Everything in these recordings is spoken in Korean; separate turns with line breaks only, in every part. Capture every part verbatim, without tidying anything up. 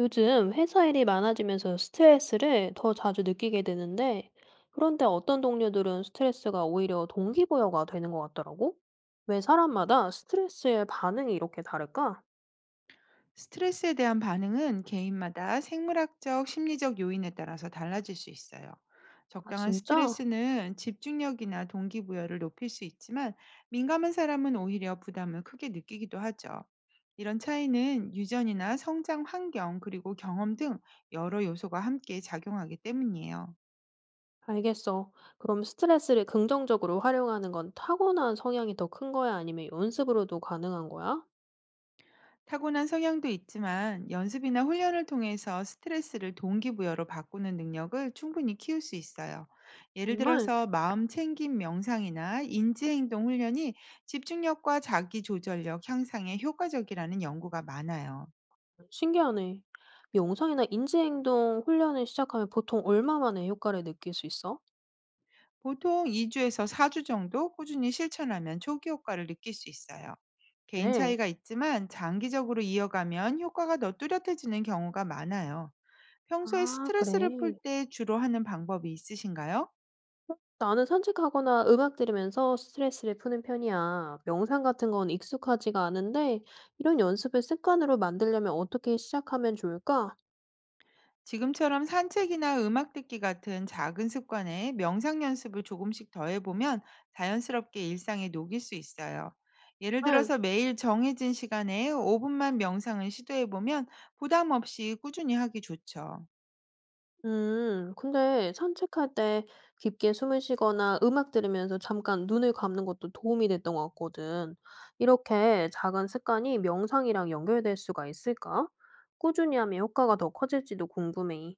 요즘 회사 일이 많아지면서 스트레스를 더 자주 느끼게 되는데, 그런데 어떤 동료들은 스트레스가 오히려 동기부여가 되는 것 같더라고? 왜 사람마다 스트레스의 반응이 이렇게 다를까?
스트레스에 대한 반응은 개인마다 생물학적, 심리적 요인에 따라서 달라질 수 있어요.
아,
적당한
진짜?
스트레스는 집중력이나 동기부여를 높일 수 있지만 민감한 사람은 오히려 부담을 크게 느끼기도 하죠. 이런 차이는 유전이나 성장 환경 그리고 경험 등 여러 요소가 함께 작용하기 때문이에요.
알겠어. 그럼 스트레스를 긍정적으로 활용하는 건 타고난 성향이 더 큰 거야? 아니면 연습으로도 가능한 거야?
타고난 성향도 있지만 연습이나 훈련을 통해서 스트레스를 동기부여로 바꾸는 능력을 충분히 키울 수 있어요. 예를
정말
들어서 마음 챙김 명상이나 인지행동 훈련이 집중력과 자기조절력 향상에 효과적이라는 연구가 많아요.
신기하네. 명상이나 인지행동 훈련을 시작하면 보통 얼마 만에 효과를 느낄 수 있어?
보통 이 주에서 사 주 정도 꾸준히 실천하면 초기 효과를 느낄 수 있어요. 개인
네.
차이가 있지만 장기적으로 이어가면 효과가 더 뚜렷해지는 경우가 많아요. 평소에
아, 그래.
스트레스를 풀 때 주로 하는 방법이 있으신가요?
나는 산책하거나 음악 들으면서 스트레스를 푸는 편이야. 명상 같은 건 익숙하지가 않은데, 이런 연습을 습관으로 만들려면 어떻게 시작하면 좋을까?
지금처럼 산책이나 음악 듣기 같은 작은 습관에 명상 연습을 조금씩 더해보면 자연스럽게 일상에 녹일 수 있어요. 예를
응.
들어서 매일 정해진 시간에 오 분만 명상을 시도해보면 부담 없이 꾸준히 하기 좋죠.
음, 근데 산책할 때 깊게 숨을 쉬거나 음악 들으면서 잠깐 눈을 감는 것도 도움이 됐던 것 같거든. 이렇게 작은 습관이 명상이랑 연결될 수가 있을까? 꾸준히 하면 효과가 더 커질지도 궁금해.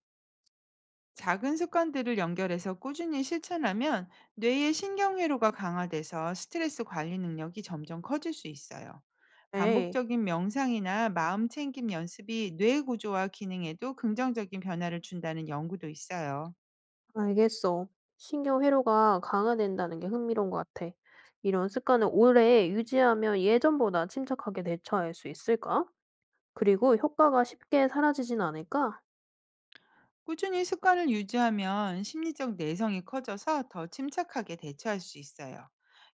작은 습관들을 연결해서 꾸준히 실천하면 뇌의 신경회로가 강화돼서 스트레스 관리 능력이 점점 커질 수 있어요.
네.
반복적인 명상이나 마음 챙김 연습이 뇌 구조와 기능에도 긍정적인 변화를 준다는 연구도 있어요.
알겠어. 신경 회로가 강화된다는 게 흥미로운 것 같아. 이런 습관을 오래 유지하면 예전보다 침착하게 대처할 수 있을까? 그리고 효과가 쉽게 사라지진 않을까?
꾸준히 습관을 유지하면 심리적 내성이 커져서 더 침착하게 대처할 수 있어요.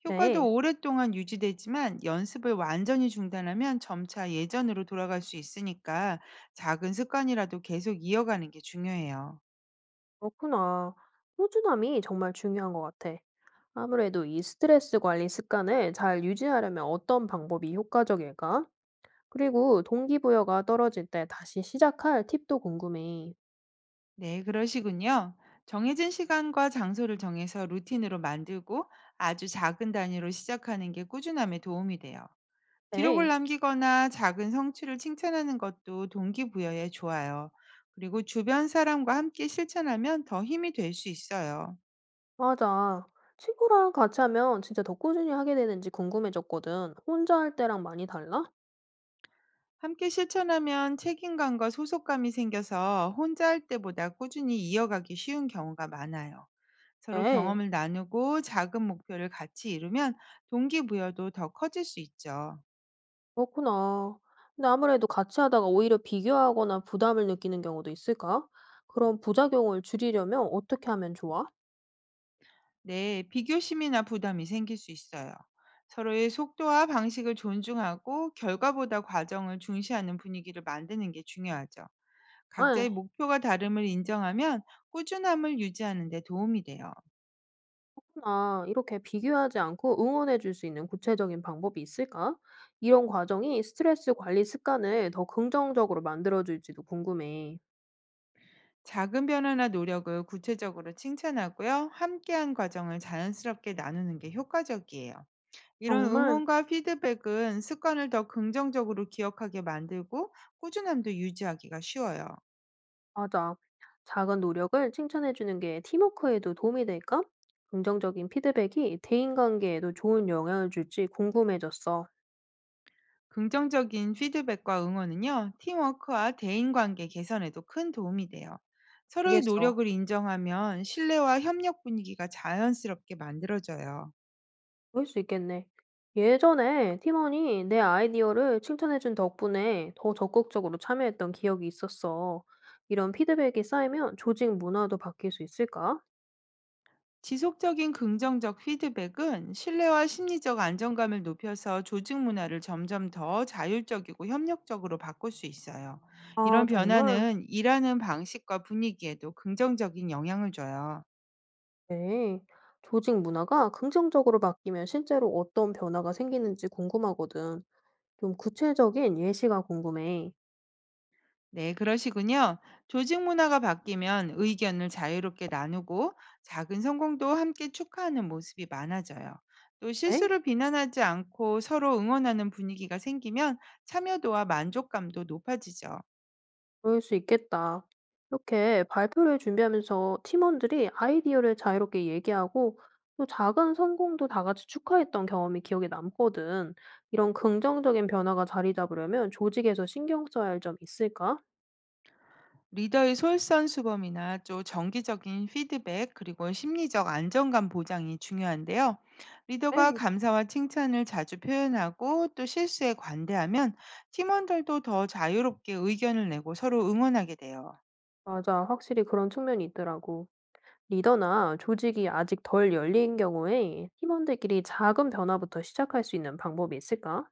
그래,
효과도 오랫동안 유지되지만 연습을 완전히 중단하면 점차 예전으로 돌아갈 수 있으니까 작은 습관이라도 계속 이어가는 게 중요해요.
그렇구나. 꾸준함이 정말 중요한 것 같아. 아무래도 이 스트레스 관리 습관을 잘 유지하려면 어떤 방법이 효과적일까? 그리고 동기부여가 떨어질 때 다시 시작할 팁도 궁금해.
네, 그러시군요. 정해진 시간과 장소를 정해서 루틴으로 만들고 아주 작은 단위로 시작하는 게 꾸준함에 도움이 돼요. 기록을
네.
남기거나 작은 성취를 칭찬하는 것도 동기부여에 좋아요. 그리고 주변 사람과 함께 실천하면 더 힘이 될 수 있어요.
맞아. 친구랑 같이 하면 진짜 더 꾸준히 하게 되는지 궁금해졌거든. 혼자 할 때랑 많이 달라?
함께 실천하면 책임감과 소속감이 생겨서 혼자 할 때보다 꾸준히 이어가기 쉬운 경우가 많아요. 서로
네,
경험을 나누고 작은 목표를 같이 이루면 동기부여도 더 커질 수 있죠.
그렇구나. 근데 아무래도 같이 하다가 오히려 비교하거나 부담을 느끼는 경우도 있을까? 그런 부작용을 줄이려면 어떻게 하면 좋아?
네, 비교심이나 부담이 생길 수 있어요. 서로의 속도와 방식을 존중하고 결과보다 과정을 중시하는 분위기를 만드는 게 중요하죠.
네,
각자의 목표가 다름을 인정하면 꾸준함을 유지하는 데 도움이 돼요.
나 이렇게 비교하지 않고 응원해 줄 수 있는 구체적인 방법이 있을까? 이런 과정이 스트레스 관리 습관을 더 긍정적으로 만들어 줄지도 궁금해.
작은 변화나 노력을 구체적으로 칭찬하고요. 함께한 과정을 자연스럽게 나누는 게 효과적이에요. 이런
정말?
응원과 피드백은 습관을 더 긍정적으로 기억하게 만들고 꾸준함도 유지하기가 쉬워요.
맞아. 작은 노력을 칭찬해 주는 게 팀워크에도 도움이 될까? 긍정적인 피드백이 대인관계에도 좋은 영향을 줄지 궁금해졌어.
긍정적인 피드백과 응원은요, 팀워크와 대인관계 개선에도 큰 도움이 돼요. 서로의
알겠어.
노력을 인정하면 신뢰와 협력 분위기가 자연스럽게 만들어져요.
그럴 수 있겠네. 예전에 팀원이 내 아이디어를 칭찬해 준 덕분에 더 적극적으로 참여했던 기억이 있었어. 이런 피드백이 쌓이면 조직 문화도 바뀔 수 있을까?
지속적인 긍정적 피드백은 신뢰와 심리적 안정감을 높여서 조직 문화를 점점 더 자율적이고 협력적으로 바꿀 수 있어요.
아,
이런
정말?
변화는 일하는 방식과 분위기에도 긍정적인 영향을 줘요.
네. 조직 문화가 긍정적으로 바뀌면 실제로 어떤 변화가 생기는지 궁금하거든. 좀 구체적인 예시가 궁금해.
네, 그러시군요. 조직 문화가 바뀌면 의견을 자유롭게 나누고 작은 성공도 함께 축하하는 모습이 많아져요. 또
네?
실수를 비난하지 않고 서로 응원하는 분위기가 생기면 참여도와 만족감도 높아지죠.
그럴 수 있겠다. 이렇게 발표를 준비하면서 팀원들이 아이디어를 자유롭게 얘기하고 또 작은 성공도 다 같이 축하했던 경험이 기억에 남거든. 이런 긍정적인 변화가 자리 잡으려면 조직에서 신경 써야 할 점 있을까?
리더의 솔선수범이나 또 정기적인 피드백 그리고 심리적 안정감 보장이 중요한데요. 리더가
네.
감사와 칭찬을 자주 표현하고 또 실수에 관대하면 팀원들도 더 자유롭게 의견을 내고 서로 응원하게 돼요.
맞아. 확실히 그런 측면이 있더라고. 리더나 조직이 아직 덜 열린 경우에 팀원들끼리 작은 변화부터 시작할 수 있는 방법이 있을까?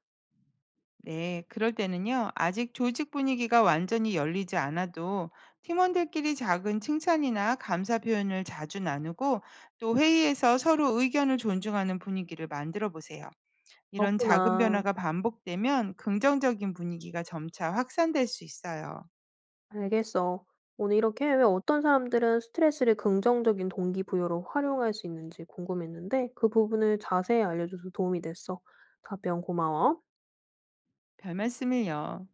네, 그럴 때는요, 아직 조직 분위기가 완전히 열리지 않아도 팀원들끼리 작은 칭찬이나 감사 표현을 자주 나누고 또 회의에서 서로 의견을 존중하는 분위기를 만들어 보세요. 이런 작은
그렇구나.
변화가 반복되면 긍정적인 분위기가 점차 확산될 수 있어요.
알겠어. 오늘 이렇게 왜 어떤 사람들은 스트레스를 긍정적인 동기부여로 활용할 수 있는지 궁금했는데 그 부분을 자세히 알려줘서 도움이 됐어. 답변 고마워.
별 말씀을요.